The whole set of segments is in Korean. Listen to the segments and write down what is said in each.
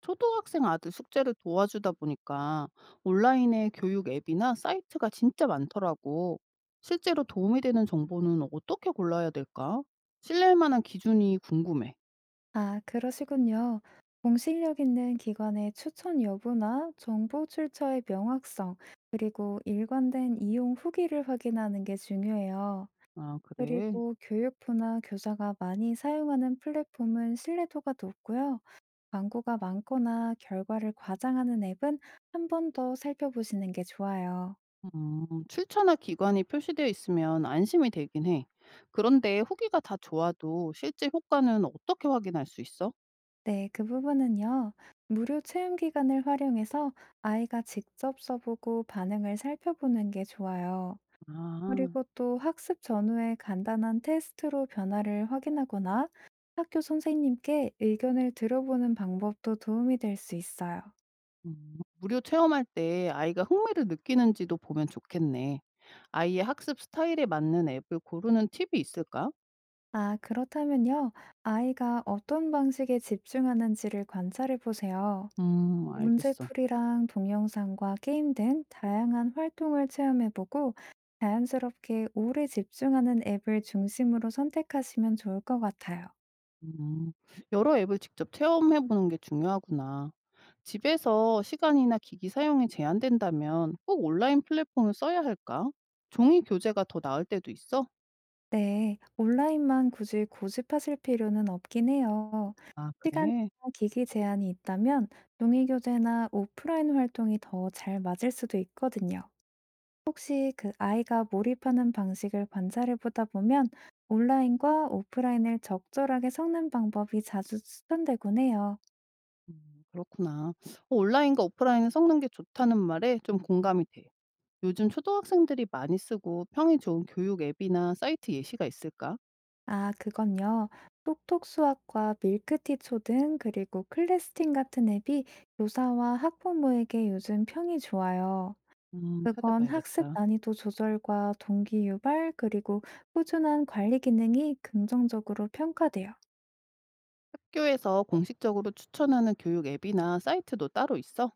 초등학생 아들 숙제를 도와주다 보니까 온라인의 교육 앱이나 사이트가 진짜 많더라고. 실제로 도움이 되는 정보는 어떻게 골라야 될까? 신뢰할 만한 기준이 궁금해. 아, 그러시군요. 공신력 있는 기관의 추천 여부나 정보 출처의 명확성, 그리고 일관된 이용 후기를 확인하는 게 중요해요. 아, 그래. 그리고 교육부나 교사가 많이 사용하는 플랫폼은 신뢰도가 높고요. 광고가 많거나 결과를 과장하는 앱은 한 번 더 살펴보시는 게 좋아요. 출처나 기관이 표시되어 있으면 안심이 되긴 해. 그런데 후기가 다 좋아도 실제 효과는 어떻게 확인할 수 있어? 네, 그 부분은요. 무료 체험 기간을 활용해서 아이가 직접 써보고 반응을 살펴보는 게 좋아요. 아, 그리고 또 학습 전후에 간단한 테스트로 변화를 확인하거나 학교 선생님께 의견을 들어보는 방법도 도움이 될 수 있어요. 무료 체험할 때 아이가 흥미를 느끼는지도 보면 좋겠네. 아이의 학습 스타일에 맞는 앱을 고르는 팁이 있을까? 아, 그렇다면요. 아이가 어떤 방식에 집중하는지를 관찰해 보세요. 알겠어. 문제풀이랑 동영상과 게임 등 다양한 활동을 체험해 보고 자연스럽게 오래 집중하는 앱을 중심으로 선택하시면 좋을 것 같아요. 음, 여러 앱을 직접 체험해 보는 게 중요하구나. 집에서 시간이나 기기 사용이 제한된다면 꼭 온라인 플랫폼을 써야 할까? 종이 교재가 더 나을 때도 있어? 네, 온라인만 굳이 고집하실 필요는 없긴 해요. 아, 시간이나 그래? 기기 제한이 있다면 동의 교재나 오프라인 활동이 더 잘 맞을 수도 있거든요. 혹시 그 아이가 몰입하는 방식을 관찰해 보다 보면 온라인과 오프라인을 적절하게 섞는 방법이 자주 추천되곤 해요. 그렇구나. 온라인과 오프라인을 섞는 게 좋다는 말에 좀 공감이 돼. 요즘 초등학생들이 많이 쓰고 평이 좋은 교육 앱이나 사이트 예시가 있을까? 아, 그건요. 톡톡 수학과 밀크티 초등 그리고 클래스팅 같은 앱이 교사와 학부모에게 요즘 평이 좋아요. 그건 학습 찾아봐야겠다. 난이도 조절과 동기 유발, 그리고 꾸준한 관리 기능이 긍정적으로 평가돼요. 학교에서 공식적으로 추천하는 교육 앱이나 사이트도 따로 있어?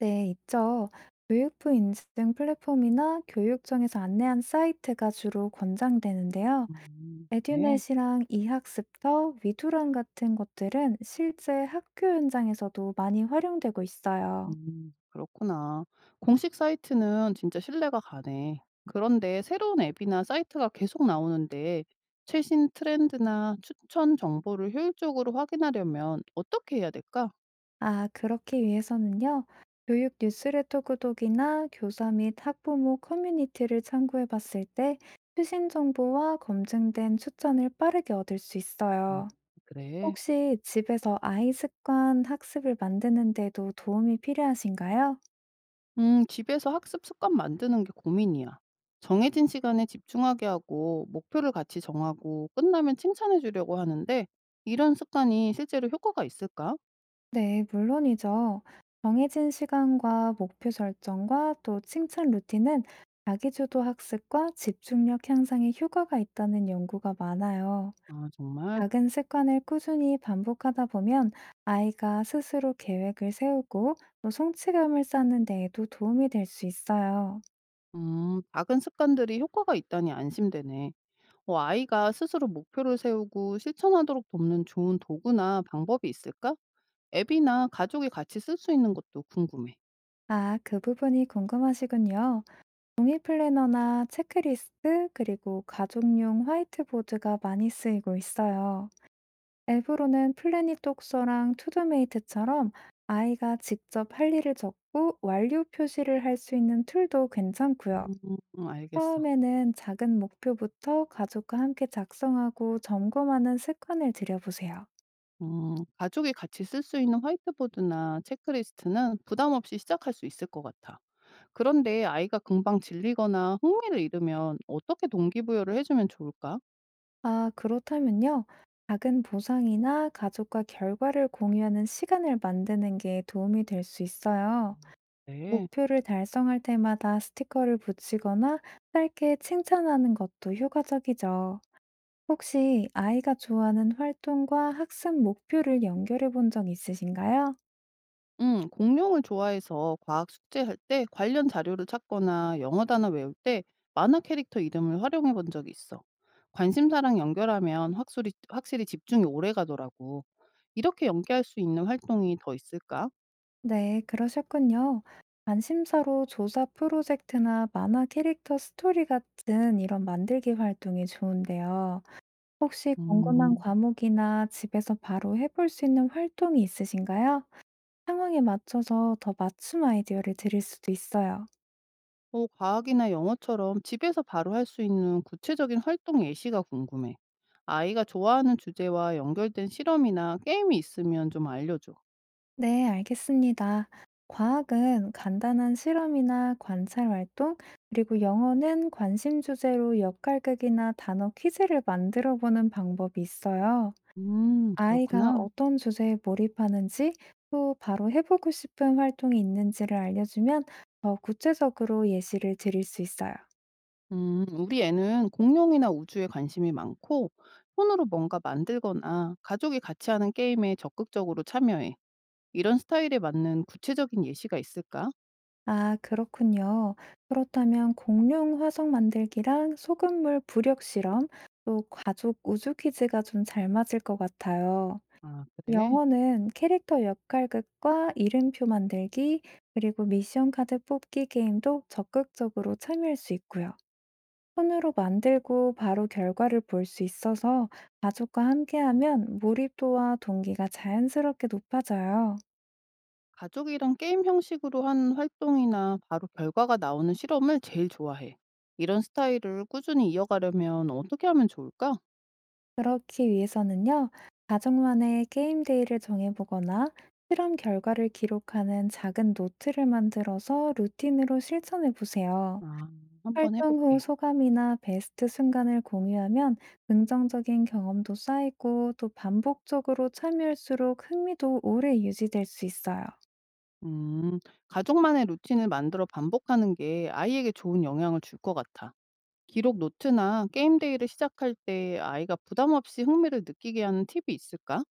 네, 있죠. 교육부 인증 플랫폼이나 교육청에서 안내한 사이트가 주로 권장되는데요. 그래. 에듀넷이랑 이학습터, 위두랑 같은 것들은 실제 학교 현장에서도 많이 활용되고 있어요. 그렇구나. 공식 사이트는 진짜 신뢰가 가네. 그런데 새로운 앱이나 사이트가 계속 나오는데 최신 트렌드나 추천 정보를 효율적으로 확인하려면 어떻게 해야 될까? 아, 그렇기 위해서는요. 교육 뉴스레터 구독이나 교사 및 학부모 커뮤니티를 참고해 봤을 때 최신 정보와 검증된 추천을 빠르게 얻을 수 아, 있어요. 그래. 혹시 집에서 아이 습관 학습을 만드는 데도 도움이 필요하신가요? 집에서 학습 습관 만드는 게 고민이야. 정해진 시간에 집중하게 하고, 목표를 같이 정하고, 끝나면 칭찬해 주려고 하는데, 이런 습관이 실제로 효과가 있을까? 네, 물론이죠. 정해진 시간과 목표 설정과 또 칭찬 루틴은 자기주도 학습과 집중력 향상에 효과가 있다는 연구가 많아요. 아, 정말? 작은 습관을 꾸준히 반복하다 보면 아이가 스스로 계획을 세우고 또 성취감을 쌓는 데에도 도움이 될 수 있어요. 작은 습관들이 효과가 있다니 안심되네. 어, 아이가 스스로 목표를 세우고 실천하도록 돕는 좋은 도구나 방법이 있을까? 앱이나 가족이 같이 쓸 수 있는 것도 궁금해. 아, 그 부분이 궁금하시군요. 종이 플래너나 체크리스트, 그리고 가족용 화이트보드가 많이 쓰이고 있어요. 앱으로는 플래닛 독서랑 투두메이트처럼 아이가 직접 할 일을 적고 완료 표시를 할 수 있는 툴도 괜찮고요. 음, 알겠어. 처음에는 작은 목표부터 가족과 함께 작성하고 점검하는 습관을 들여보세요. 가족이 같이 쓸 수 있는 화이트보드나 체크리스트는 부담 없이 시작할 수 있을 것 같아. 그런데 아이가 금방 질리거나 흥미를 잃으면 어떻게 동기부여를 해주면 좋을까? 아, 그렇다면요. 작은 보상이나 가족과 결과를 공유하는 시간을 만드는 게 도움이 될 수 있어요. 네. 목표를 달성할 때마다 스티커를 붙이거나 짧게 칭찬하는 것도 효과적이죠. 혹시 아이가 좋아하는 활동과 학습 목표를 연결해 본 적 있으신가요? 공룡을 좋아해서 과학 숙제할 때 관련 자료를 찾거나 영어 단어 외울 때 만화 캐릭터 이름을 활용해 본 적이 있어. 관심사랑 연결하면 확실히 집중이 오래 가더라고. 이렇게 연계할 수 있는 활동이 더 있을까? 네, 그러셨군요. 관심사로 조사 프로젝트나 만화 캐릭터 스토리 같은 이런 만들기 활동이 좋은데요. 혹시 궁금한 음. 과목이나 집에서 바로 해볼 수 있는 활동이 있으신가요? 상황에 맞춰서 더 맞춤 아이디어를 드릴 수도 있어요. 어, 과학이나 영어처럼 집에서 바로 할 수 있는 구체적인 활동 예시가 궁금해. 아이가 좋아하는 주제와 연결된 실험이나 게임이 있으면 좀 알려줘. 네, 알겠습니다. 과학은 간단한 실험이나 관찰 활동, 그리고 영어는 관심 주제로 역할극이나 단어 퀴즈를 만들어 보는 방법이 있어요. 아이가 그렇구나. 어떤 주제에 몰입하는지 또 바로 해보고 싶은 활동이 있는지를 알려주면 더 구체적으로 예시를 드릴 수 있어요. 우리 애는 공룡이나 우주에 관심이 많고, 손으로 뭔가 만들거나 가족이 같이 하는 게임에 적극적으로 참여해. 이런 스타일에 맞는 구체적인 예시가 있을까? 아, 그렇군요. 그렇다면 공룡 화석 만들기랑 소금물 부력 실험, 또 가족 우주 퀴즈가 좀 잘 맞을 것 같아요. 아, 그래. 영어는 캐릭터 역할극과 이름표 만들기, 그리고 미션 카드 뽑기 게임도 적극적으로 참여할 수 있고요. 손으로 만들고 바로 결과를 볼 수 있어서 가족과 함께하면 몰입도와 동기가 자연스럽게 높아져요. 가족이랑 게임 형식으로 한 활동이나 바로 결과가 나오는 실험을 제일 좋아해. 이런 스타일을 꾸준히 이어가려면 어떻게 하면 좋을까? 그렇기 위해서는요, 가족만의 게임 데이를 정해보거나 실험 결과를 기록하는 작은 노트를 만들어서 루틴으로 실천해 보세요. 아, 한번 활동 후 해볼게. 소감이나 베스트 순간을 공유하면 긍정적인 경험도 쌓이고 또 반복적으로 참여할수록 흥미도 오래 유지될 수 있어요. 음, 가족만의 루틴을 만들어 반복하는 게 아이에게 좋은 영향을 줄 것 같아. 기록 노트나 게임 데이를 시작할 때 아이가 부담 없이 흥미를 느끼게 하는 팁이 있을까?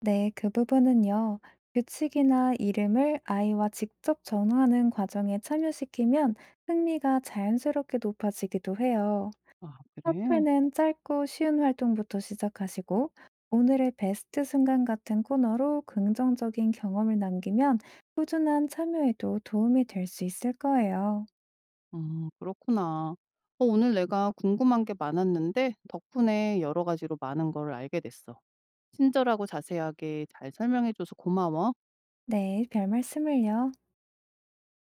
네, 그 부분은요. 규칙이나 이름을 아이와 직접 정하는 과정에 참여시키면 흥미가 자연스럽게 높아지기도 해요. 아, 첫 그래? 회는 짧고 쉬운 활동부터 시작하시고, 오늘의 베스트 순간 같은 코너로 긍정적인 경험을 남기면 꾸준한 참여에도 도움이 될 수 있을 거예요. 그렇구나. 어, 오늘 내가 궁금한 게 많았는데 덕분에 여러 가지로 많은 걸 알게 됐어. 친절하고 자세하게 잘 설명해 줘서 고마워. 네, 별 말씀을요.